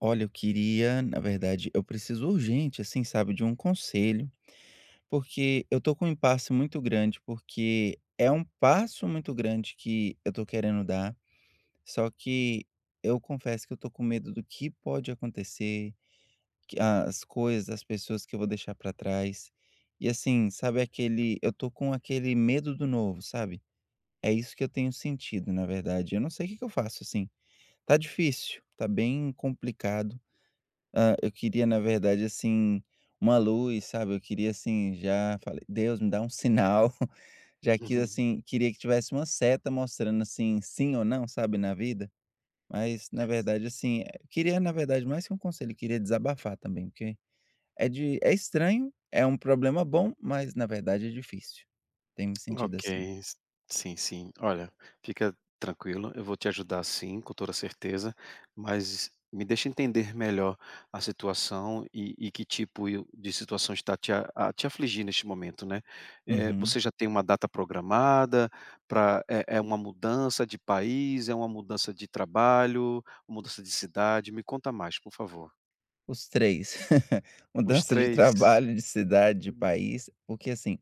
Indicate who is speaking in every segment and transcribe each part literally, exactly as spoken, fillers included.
Speaker 1: Olha, eu queria, na verdade, eu preciso urgente, assim, sabe, de um conselho, porque eu tô com um impasse muito grande, porque é um passo muito grande que eu tô querendo dar, só que eu confesso que eu tô com medo do que pode acontecer, que as coisas, as pessoas que eu vou deixar pra trás. E assim, sabe aquele, eu tô com aquele medo do novo, sabe? É isso que eu tenho sentido, na verdade. Eu não sei o que que eu faço, assim. Tá difícil, tá bem complicado. Ah, eu queria, na verdade, assim, uma luz, sabe? Eu queria, assim, já falei: "Deus, me dá um sinal". Já quis,
Speaker 2: Uhum.
Speaker 1: assim, queria que tivesse uma seta mostrando, assim, sim ou não, sabe, na vida. Mas, na verdade, assim, eh, queria, na verdade, mais que um conselho, queria desabafar também, porque é de é estranho, é um problema bom, mas, na verdade, é difícil. Tem me sentido
Speaker 2: Ok,
Speaker 1: assim.
Speaker 2: s- sim, sim. Olha, fica tranquilo, eu vou te ajudar sim, com toda certeza, mas me deixa entender melhor a situação e, e que tipo eu- de situação está te, a, a- te afligir neste momento, né? Eh,
Speaker 1: Uhum.
Speaker 2: você já tem uma data programada para é, é uma mudança de país, é uma mudança de trabalho, uma mudança de cidade? Me conta mais, por favor.
Speaker 1: Os três.
Speaker 2: Os
Speaker 1: Mudança de
Speaker 2: três?
Speaker 1: trabalho, de cidade, de país, porque assim,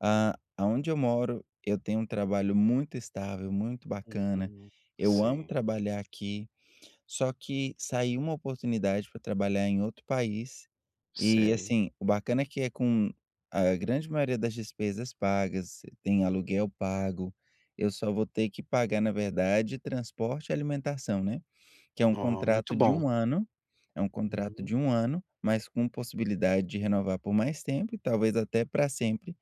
Speaker 1: ah, aonde eu moro, eu tenho um trabalho muito estável, muito bacana.
Speaker 2: Hum,
Speaker 1: Eu amo
Speaker 2: sim,
Speaker 1: trabalhar aqui, só que saiu uma oportunidade para trabalhar em outro país. E
Speaker 2: sei.
Speaker 1: assim, o bacana é que é com a grande maioria das despesas pagas, tem aluguel pago. Eu só vou ter que pagar, na verdade, transporte e alimentação, né? Que é um
Speaker 2: Oh, muito
Speaker 1: contrato de
Speaker 2: bom.
Speaker 1: um ano, é um contrato de um ano, mas com possibilidade de renovar por mais tempo e talvez até para sempre.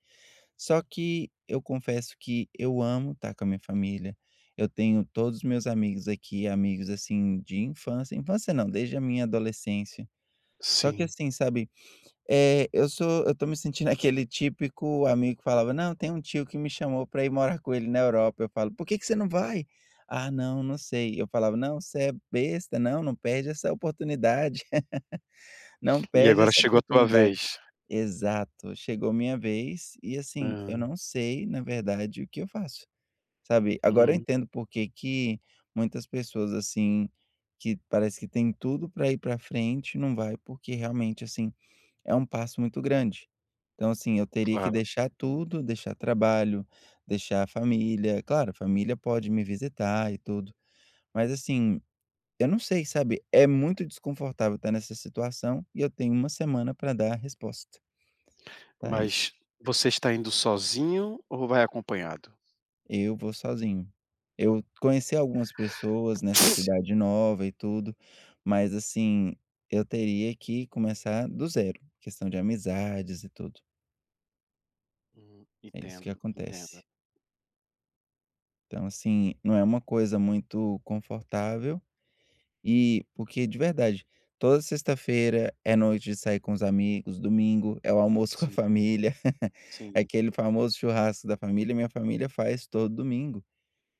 Speaker 1: Só que eu confesso que eu amo estar com a minha família. Eu tenho todos os meus amigos aqui, amigos assim de infância, infância não, desde a minha adolescência. Só que
Speaker 2: Sim.
Speaker 1: assim, sabe, eh, eu sou eu tô me sentindo aquele típico amigo que falava: "Não, tem um tio que me chamou pra ir morar com ele na Europa". Eu falo: "Por que que você não vai?". "Ah, não, não sei". Eu falava: "Não, você é besta, não, não perde essa oportunidade, não
Speaker 2: E
Speaker 1: perde
Speaker 2: agora
Speaker 1: essa
Speaker 2: chegou a tua
Speaker 1: oportunidade".
Speaker 2: vez.
Speaker 1: Exato, chegou minha vez e, assim, eu
Speaker 2: Hã,
Speaker 1: não sei, na verdade, o que eu faço, sabe. Agora eu
Speaker 2: hum,
Speaker 1: entendo por que que muitas pessoas, assim, que parece que tem tudo para ir para frente, não vai, porque realmente, assim, é um passo muito grande. Então, assim, eu teria que
Speaker 2: claro.
Speaker 1: deixar tudo, deixar trabalho, deixar a família, claro, a família pode me visitar e tudo, mas, assim, eu não sei, sabe, é muito desconfortável estar nessa situação e eu tenho uma semana para dar a resposta, tá isso.
Speaker 2: Mas você está indo sozinho ou vai acompanhado?
Speaker 1: Eu vou sozinho. Eu conheci algumas pessoas nessa cidade nova e tudo, mas assim, eu teria que começar do zero, questão de amizades e tudo.
Speaker 2: Hum,
Speaker 1: É isso que
Speaker 2: entendo, entendo.
Speaker 1: acontece. Então, assim, não é uma coisa muito confortável e porque de verdade, toda sexta-feira é noite de sair com os amigos, domingo é o almoço com a
Speaker 2: Sim,
Speaker 1: família,
Speaker 2: sim.
Speaker 1: aquele famoso churrasco da família, minha família faz todo domingo.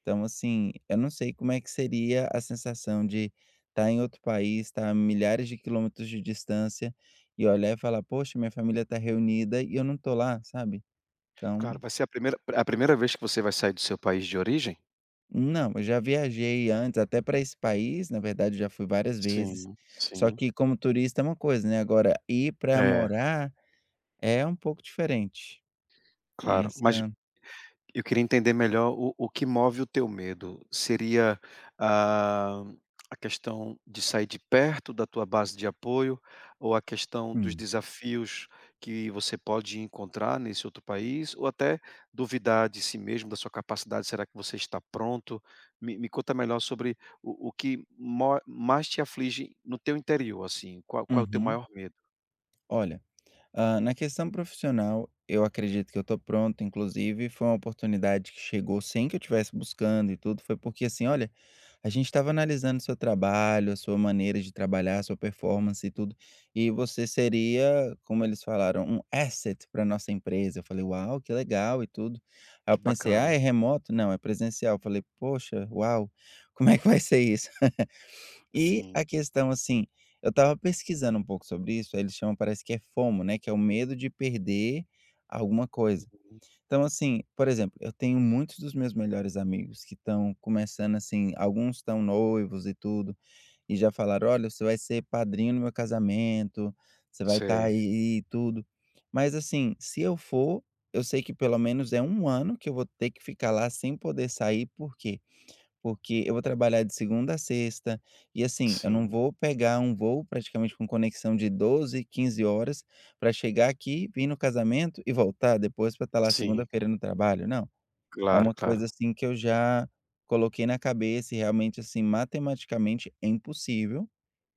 Speaker 1: Então, assim, eu não sei como é que seria a sensação de estar em outro país, estar a milhares de quilômetros de distância e olhar e falar: "Poxa, minha família está reunida e eu não estou lá", sabe. Então,
Speaker 2: Claro, vai ser a primeira a primeira vez que você vai sair do seu país de origem?
Speaker 1: não, eu já viajei antes até para esse país, na verdade, já fui várias vezes,
Speaker 2: Sim,
Speaker 1: só
Speaker 2: sim.
Speaker 1: que como turista é uma coisa, né, agora ir para
Speaker 2: É,
Speaker 1: morar é um pouco diferente. Tem
Speaker 2: claro.
Speaker 1: essa.
Speaker 2: Mas Eu queria entender melhor o o que move o teu medo. Seria, ah, a questão de sair de perto da tua base de apoio ou a questão dos
Speaker 1: Hum,
Speaker 2: desafios que você pode encontrar nesse outro país ou até duvidar de si mesmo, da sua capacidade, será que você está pronto? Me me conta melhor sobre o o que mo mais te aflige no teu interior, assim, qual qual é o teu
Speaker 1: uhum.
Speaker 2: maior medo?
Speaker 1: Olha, ah, na questão profissional, eu acredito que eu tô pronto, inclusive foi uma oportunidade que chegou sem que eu estivesse buscando e tudo, foi porque assim, olha, a gente estava analisando seu trabalho, a sua maneira de trabalhar, a sua performance e tudo, e você seria, como eles falaram, um asset para nossa empresa. Eu falei, uau, que legal e tudo. Aí eu
Speaker 2: Que
Speaker 1: pensei, ah, é
Speaker 2: bacana.
Speaker 1: remoto? Não, é presencial. Eu falei, poxa, uau, como é que vai ser isso? E
Speaker 2: Sim.
Speaker 1: a questão, assim, eu estava pesquisando um pouco sobre isso, aí eles chamam, parece que é FOMO, né, que é o medo de perder alguma coisa.
Speaker 2: Uhum.
Speaker 1: Então, assim, por exemplo, eu tenho muitos dos meus melhores amigos que estão começando assim, alguns estão noivos e tudo, e já falaram: "Olha, você vai ser padrinho no meu casamento, você vai estar
Speaker 2: Sei.
Speaker 1: aí e tudo". Mas assim, se eu for, eu sei que pelo menos é um ano que eu vou ter que ficar lá sem poder sair, por quê? Porque eu vou trabalhar de segunda a sexta, e assim, eu não
Speaker 2: Sim.
Speaker 1: vou pegar um voo praticamente com conexão de doze, quinze horas para chegar aqui, vir no casamento e voltar depois para estar lá
Speaker 2: Sim.
Speaker 1: segunda-feira no trabalho, não. É
Speaker 2: Claro,
Speaker 1: uma
Speaker 2: claro.
Speaker 1: coisa assim que eu já coloquei na cabeça e realmente assim, matematicamente é impossível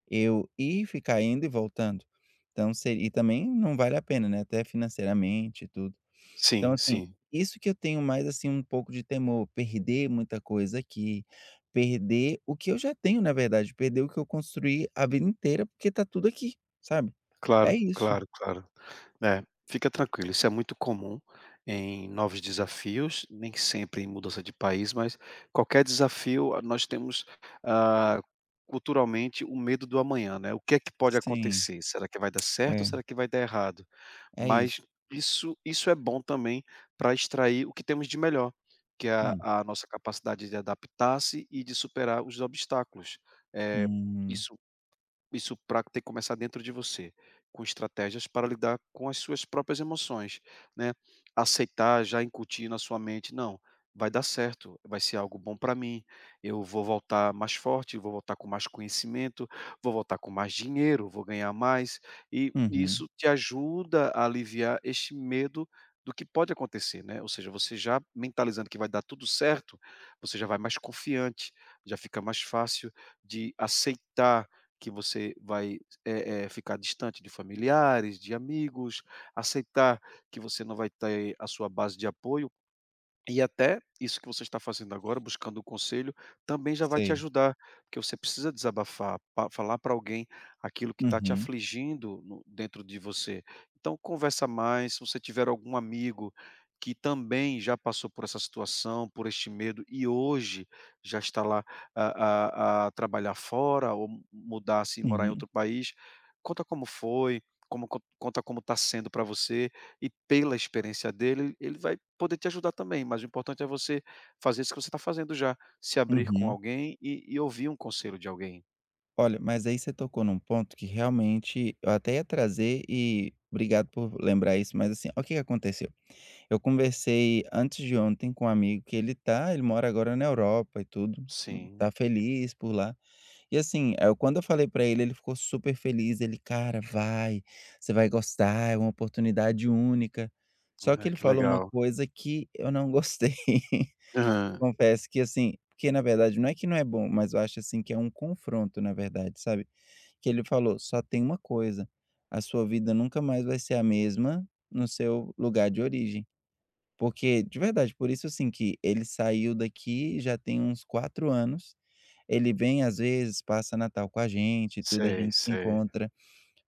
Speaker 1: eu ir, ficar indo e voltando. Então seria e também não vale a pena, né, até financeiramente e tudo. Então,
Speaker 2: Sim,
Speaker 1: assim,
Speaker 2: sim.
Speaker 1: isso que eu tenho mais, assim, um pouco de temor, perder muita coisa aqui, perder o que eu já tenho, na verdade, perder o que eu construí a vida inteira, porque tá tudo aqui, sabe. É
Speaker 2: Claro,
Speaker 1: isso.
Speaker 2: claro, claro. É, fica tranquilo, isso é muito comum em novos desafios, nem sempre em mudança de país, mas qualquer desafio, ah, nós temos, ah, culturalmente o medo do amanhã, né, o que é que pode
Speaker 1: Sim,
Speaker 2: acontecer? Será que vai dar certo ou
Speaker 1: é,
Speaker 2: será que vai dar errado?
Speaker 1: é isso.
Speaker 2: Mas isso isso é bom também para extrair o que temos de melhor, que é a
Speaker 1: Hum,
Speaker 2: a nossa capacidade de adaptar-se e de superar os obstáculos. É
Speaker 1: hum,
Speaker 2: isso. Isso pra tem que começar dentro de você, com estratégias para lidar com as suas próprias emoções, né. Aceitar, já incutir na sua mente: "Não, vai dar certo, vai ser algo bom para mim, eu vou voltar mais forte, vou voltar com mais conhecimento, vou voltar com mais dinheiro, vou ganhar mais", e
Speaker 1: uhum,
Speaker 2: isso te ajuda a aliviar este medo do que pode acontecer, né. Ou seja, você já mentalizando que vai dar tudo certo, você já vai mais confiante, já fica mais fácil de aceitar que você vai, eh eh, ficar distante de familiares, de amigos, aceitar que você não vai ter a sua base de apoio e até isso que você está fazendo agora, buscando o conselho, também já vai te
Speaker 1: sei.
Speaker 2: ajudar, porque você precisa desabafar, pa- falar para alguém aquilo que está te
Speaker 1: Uhum,
Speaker 2: afligindo no- dentro de você. Então, conversa mais. Se você tiver algum amigo que também já passou por essa situação, por este medo, e hoje já está lá a, a- a trabalhar fora, ou mudar-se e morar em
Speaker 1: uhum,
Speaker 2: outro país, conta como foi, como, co- conta como está sendo para você e pela experiência dele, ele vai poder te ajudar também, mas o importante é você fazer isso que você está fazendo já, se abrir com
Speaker 1: uhum.
Speaker 2: alguém e e ouvir um conselho de alguém.
Speaker 1: Olha, mas aí você tocou num ponto que realmente eu até ia trazer e obrigado por lembrar isso, mas, assim, olha o que que aconteceu. Eu conversei antes de ontem com um amigo que ele tá ele mora agora na Europa e tudo, hum,
Speaker 2: Sim.
Speaker 1: tá feliz por lá. E assim, eh, quando eu falei pra ele, ele ficou super feliz, ele: "Cara, vai, você vai gostar, é uma oportunidade única". Só que
Speaker 2: Ah,
Speaker 1: ele
Speaker 2: que
Speaker 1: falou uma
Speaker 2: legal.
Speaker 1: coisa que eu não gostei.
Speaker 2: Aham.
Speaker 1: Confesso que assim porque na verdade não é que não é bom, mas eu acho assim que é um confronto na verdade, sabe. Que ele falou: "Só tem uma coisa, a sua vida nunca mais vai ser a mesma no seu lugar de origem". Porque, de verdade, por isso assim que ele saiu daqui já tem uns quatro anos, ele vem às vezes, passa Natal com a gente e tudo, a
Speaker 2: Sei,
Speaker 1: gente se
Speaker 2: sei.
Speaker 1: encontra,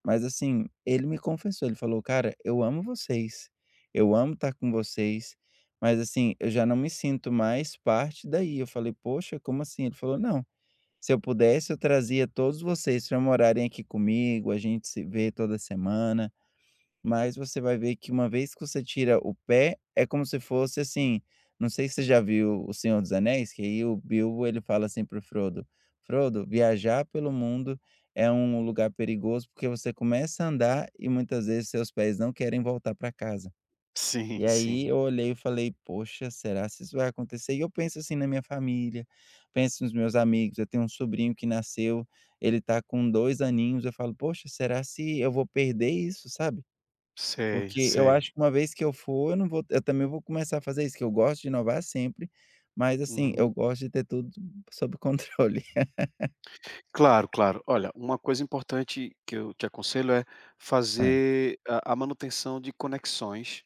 Speaker 1: mas assim, ele me confessou, ele falou: "Cara, eu amo vocês, eu amo estar com vocês, mas assim, eu já não me sinto mais parte daí". Eu falei: "Poxa, como assim?". Ele falou: "Não, se eu pudesse eu trazia todos vocês pra morarem aqui comigo, a gente se vê toda semana, mas você vai ver que uma vez que você tira o pé, é como se fosse assim, não sei se você já viu O Senhor dos Anéis, que aí o Bilbo ele fala assim pro Frodo: "Frodo, viajar pelo mundo é um lugar perigoso, porque você começa a andar e muitas vezes seus pés não querem voltar para casa". E
Speaker 2: Sim,
Speaker 1: aí
Speaker 2: sim.
Speaker 1: eu olhei e falei: "Poxa, será se isso vai acontecer?" E eu penso assim na minha família, penso nos meus amigos, eu tenho um sobrinho que nasceu, ele tá com dois aninhos, eu falo: "Poxa, será se eu vou perder isso?", sabe?
Speaker 2: Sei,
Speaker 1: Porque eu
Speaker 2: sei.
Speaker 1: acho que uma vez que eu for, eu não vou eu também vou começar a fazer isso, que eu gosto de inovar sempre, mas assim, eu
Speaker 2: Uhum.
Speaker 1: gosto de ter tudo sob controle.
Speaker 2: Claro, claro. Olha, uma coisa importante que eu te aconselho é
Speaker 1: Hã.
Speaker 2: fazer a a manutenção de conexões,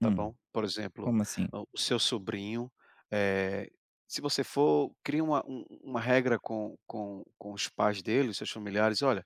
Speaker 2: tá bom?
Speaker 1: Hum.
Speaker 2: Por exemplo,
Speaker 1: Como assim?
Speaker 2: o o seu sobrinho, eh, se você for, cria uma um uma regra com com com os pais dele, os seus familiares: "Olha,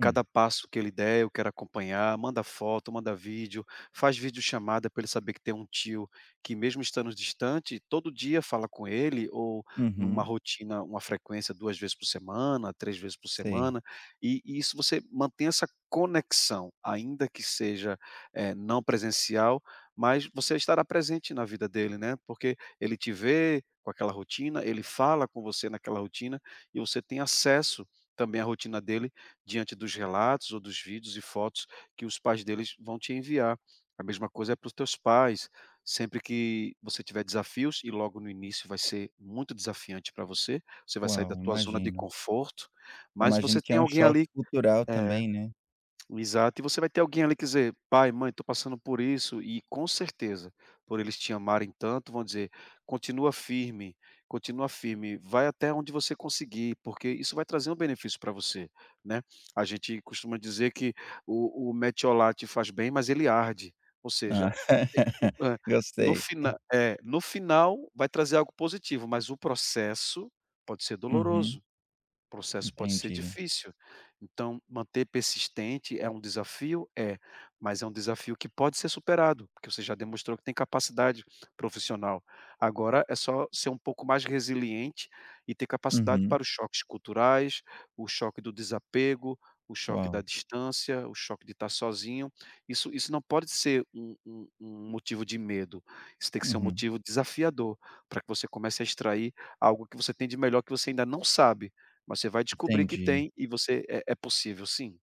Speaker 2: cada passo que ele der, eu quero acompanhar", manda foto, manda vídeo, faz videochamada para ele saber que tem um tio que mesmo estando distante, todo dia fala com ele ou numa
Speaker 1: Uhum.
Speaker 2: rotina, uma frequência duas vezes por semana, três vezes por
Speaker 1: Sei.
Speaker 2: semana, e e isso você mantém essa conexão, ainda que seja, eh, não presencial, mas você estará presente na vida dele, né, porque ele te vê com aquela rotina, ele fala com você naquela rotina, e você tem acesso também à rotina dele diante dos relatos ou dos vídeos e fotos que os pais deles vão te enviar. A mesma coisa é para os teus pais. Sempre que você tiver desafios, e logo no início vai ser muito desafiante para você, você vai sair da
Speaker 1: Uau,
Speaker 2: tua zona de
Speaker 1: imagino.
Speaker 2: conforto,
Speaker 1: Eu
Speaker 2: mas
Speaker 1: imagino
Speaker 2: você
Speaker 1: que é
Speaker 2: tem
Speaker 1: um
Speaker 2: alguém
Speaker 1: choque
Speaker 2: ali.
Speaker 1: cultural
Speaker 2: É,
Speaker 1: também, né.
Speaker 2: exato, e você vai ter alguém ali que dizer: "Pai, mãe, estou passando por isso", e com certeza, por eles te amarem tanto, vão dizer: "Continua firme, continua firme, vai até onde você conseguir, porque isso vai trazer um benefício para você", né. A gente costuma dizer que o o metiolate faz bem, mas ele arde, ou seja,
Speaker 1: Hã.
Speaker 2: Hã,
Speaker 1: Eu
Speaker 2: no
Speaker 1: sei.
Speaker 2: fina é, no final vai trazer algo positivo, mas o processo pode ser doloroso.
Speaker 1: Uhum.
Speaker 2: O processo pode ser
Speaker 1: Entendi.
Speaker 2: difícil. Então, manter persistente é um desafio? É, mas é um desafio que pode ser superado, porque você já demonstrou que tem capacidade profissional. Agora é só ser um pouco mais resiliente e ter capacidade
Speaker 1: Uhum.
Speaker 2: para os choques culturais, o choque do desapego, o choque da
Speaker 1: Uau.
Speaker 2: distância, o choque de estar sozinho. Isso, isso não pode ser um, um- um motivo de medo. Isso tem que ser um
Speaker 1: Uhum.
Speaker 2: motivo desafiador para que você comece a extrair algo que você tem de melhor que você ainda não sabe, mas você vai descobrir que
Speaker 1: Entendi.
Speaker 2: tem e você é é possível sim.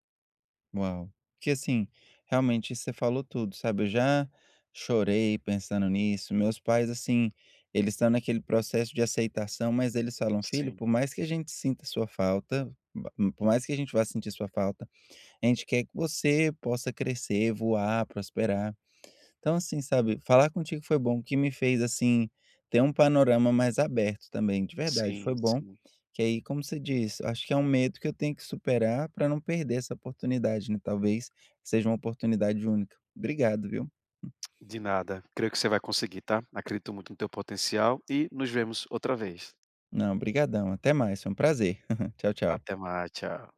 Speaker 1: Uau. Porque assim, realmente você falou tudo, sabe? Eu já chorei pensando nisso. Meus pais, assim, eles estão naquele processo de aceitação, mas eles falam, filho,
Speaker 2: Sim,
Speaker 1: por mais que a gente sinta sua falta, ba- por mais que a gente vá sentir sua falta, a gente quer que você possa crescer, voar, prosperar. Então, assim, sabe, falar contigo foi bom, que me fez, assim, ter um panorama mais aberto também, de verdade,
Speaker 2: sim,
Speaker 1: foi bom.
Speaker 2: sim.
Speaker 1: Que aí, como você disse, acho que é um medo que eu tenho que superar para não perder essa oportunidade, né? Talvez seja uma oportunidade única. Obrigado, viu?
Speaker 2: De nada. Creio que você vai conseguir, tá? Acredito muito no teu potencial e nos vemos outra vez.
Speaker 1: Não, brigadão. Até mais, foi um prazer. Tchau, tchau.
Speaker 2: Até mais, tchau.